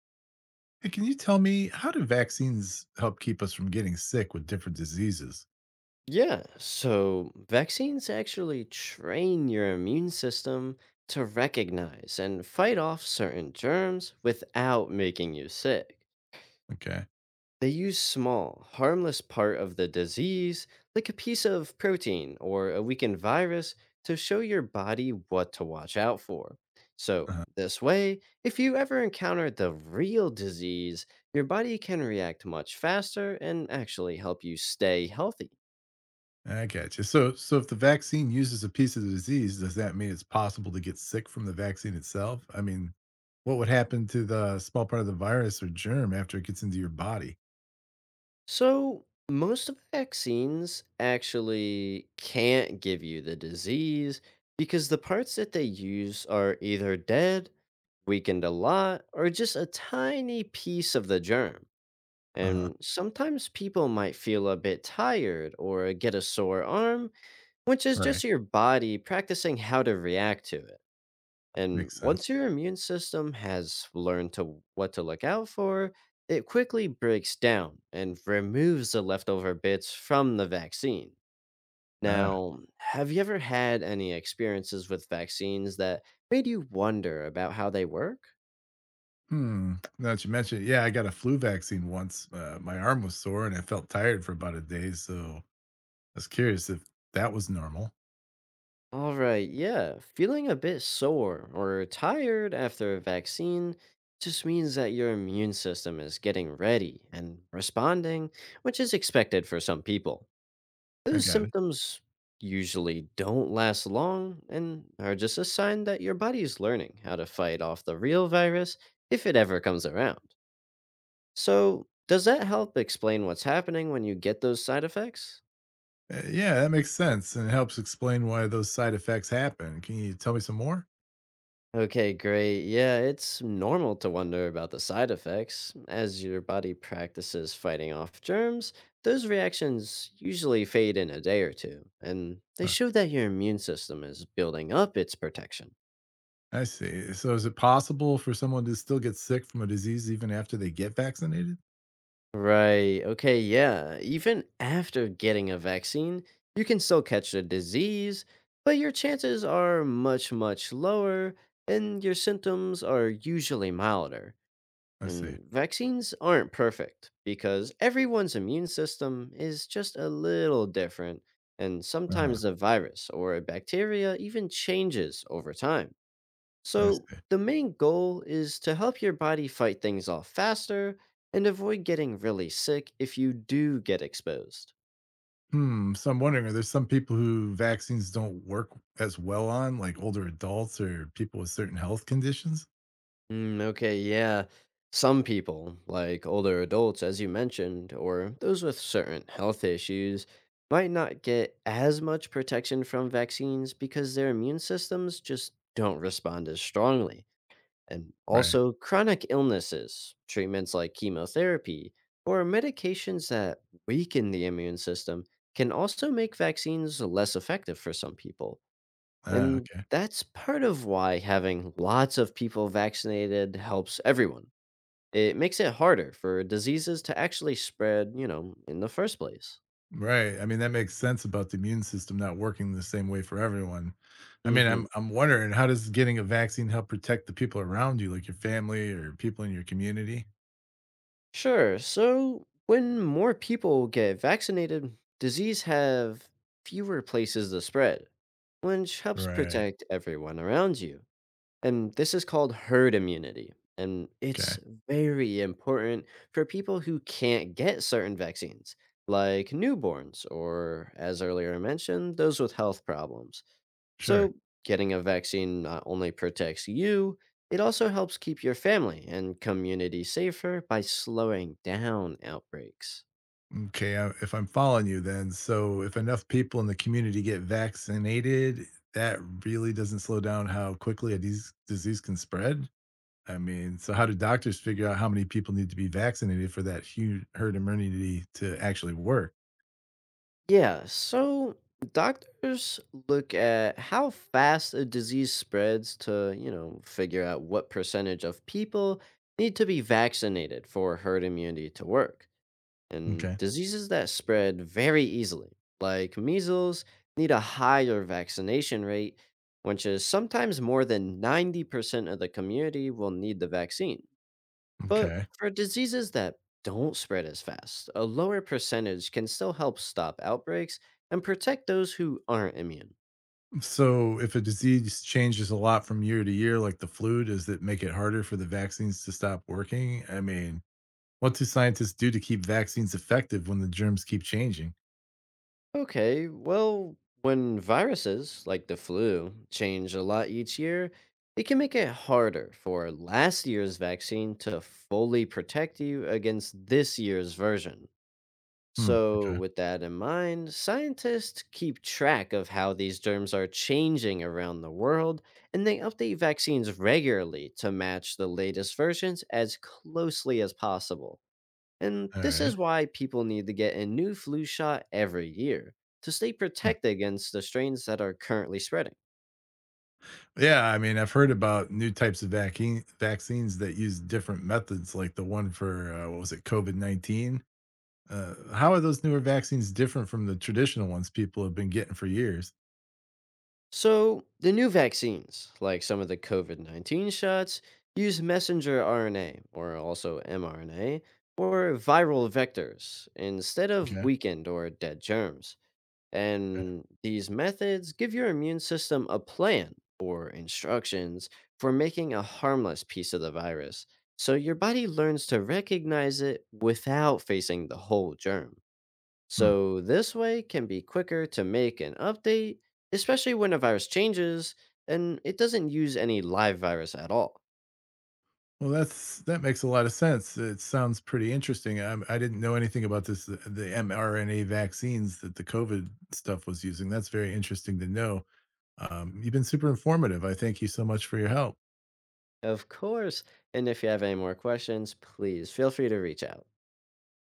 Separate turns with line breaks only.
Hey, can you tell me how do vaccines help keep us from getting sick with different diseases?
Yeah, so vaccines actually train your immune system to recognize and fight off certain germs without making you sick.
Okay.
They use small, harmless part of the disease, like a piece of protein or a weakened virus, to show your body what to watch out for. So,
Uh-huh.
this way, if you ever encounter the real disease, your body can react much faster and actually help you stay healthy.
I gotcha. So, if the vaccine uses a piece of the disease, does that mean it's possible to get sick from the vaccine itself? I mean, what would happen to the small part of the virus or germ after it gets into your body?
So, most of vaccines actually can't give you the disease because the parts that they use are either dead, weakened a lot, or just a tiny piece of the germ.
Uh huh.
And sometimes people might feel a bit tired or get a sore arm, which is just
Right.
your body practicing how to react to it. And
Makes sense.
once your immune system has learned to what to look out for, it quickly breaks down and removes the leftover bits from the vaccine.
Uh,
Now, have you ever had any experiences with vaccines that made you wonder about how they work?
hmm. Now that you mentioned, it, yeah, I got a flu vaccine once. My arm was sore and I felt tired for about a day. So I was curious if that was normal.
All right, yeah, feeling a bit sore or tired after a vaccine just means that your immune system is getting ready and responding, which is expected for some people.
I
Those
got it.
symptoms usually don't last long and are just a sign that your body is learning how to fight off the real virus if it ever comes around. So, does that help explain what's happening when you get those side effects?
Yeah, that makes sense, and it helps explain why those side effects happen. Can you tell me some more?
Okay, great. Yeah, it's normal to wonder about the side effects. As your body practices fighting off germs, those reactions usually fade in a day or two, and they
Huh,
show that your immune system is building up its protection.
I see. So, is it possible for someone to still get sick from a disease even after they get vaccinated?
Right. Okay. Yeah. Even after getting a vaccine, you can still catch the disease, but your chances are much, much lower, and your symptoms are usually milder.
I see.
And vaccines aren't perfect because everyone's immune system is just a little different, and
Uh huh.
sometimes the virus or a bacteria even changes over time.
I
So,
see.
the main goal is to help your body fight things off faster and avoid getting really sick if you do get exposed.
Hmm. So, I'm wondering, are there some people who vaccines don't work as well on, like older adults or people with certain health conditions?
Mm, okay, yeah. Some people, like older adults, as you mentioned, or those with certain health issues, might not get as much protection from vaccines because their immune systems just don't respond as strongly. And
Right.
also, chronic illnesses, treatments like chemotherapy, or medications that weaken the immune system can also make vaccines less effective for some people.
Ah,
And
okay.
that's part of why having lots of people vaccinated helps everyone. It makes it harder for diseases to actually spread, in the first place.
Right. I mean, that makes sense about the immune system not working the same way for everyone. I mean,
Mm-hmm.
I'm wondering how does getting a vaccine help protect the people around you, like your family or people in your community?
Sure. So when more people get vaccinated, disease have fewer places to spread, which helps
Right.
protect everyone around you. And this is called herd immunity. And it's
Okay.
very important for people who can't get certain vaccines, like newborns, or as earlier mentioned, those with health problems.
Sure.
So, getting a vaccine not only protects you, it also helps keep your family and community safer by slowing down outbreaks.
Okay. I, if I'm following you, then so if enough people in the community get vaccinated, that really doesn't slow down how quickly a disease can spread. I mean, so how do doctors figure out how many people need to be vaccinated for that huge herd immunity to actually work?
Yeah, so doctors look at how fast a disease spreads to, figure out what percentage of people need to be vaccinated for herd immunity to work. And
Okay.
diseases that spread very easily, like measles, need a higher vaccination rate, which is sometimes more than 90% of the community will need the vaccine. But
Okay.
for diseases that don't spread as fast, a lower percentage can still help stop outbreaks and protect those who aren't immune.
So, if a disease changes a lot from year to year, like the flu, does it make it harder for the vaccines to stop working? I mean, what do scientists do to keep vaccines effective when the germs keep changing?
Okay, well, when viruses, like the flu, change a lot each year, it can make it harder for last year's vaccine to fully protect you against this year's version.
Hmm.
So,
Okay.
with that in mind, scientists keep track of how these germs are changing around the world, and they update vaccines regularly to match the latest versions as closely as possible. And
All
this is
right.
why people need to get a new flu shot every year to stay
Hmm.
protected against the strains that are currently spreading.
Yeah. I mean, I've heard about new types of vaccines that use different methods, like the one for what was it, COVID-19. How are those newer vaccines different from the traditional ones people have been getting for years?
So, the new vaccines, like some of the COVID 19 shots, use messenger RNA, or also mRNA, or viral vectors instead of
Okay.
weakened or dead germs.
Okay.
And these methods give your immune system a plan or instructions for making a harmless piece of the virus. So, your body learns to recognize it without facing the whole germ.
Hmm.
So this way can be quicker to make an update, especially when a virus changes and it doesn't use any live virus at all.
Well, that makes a lot of sense. It sounds pretty interesting. I didn't know anything about this, the mRNA vaccines that the COVID stuff was using. That's very interesting to know. You've been super informative. I thank you so much for your help.
Of course, and if you have any more questions, please feel free to reach out.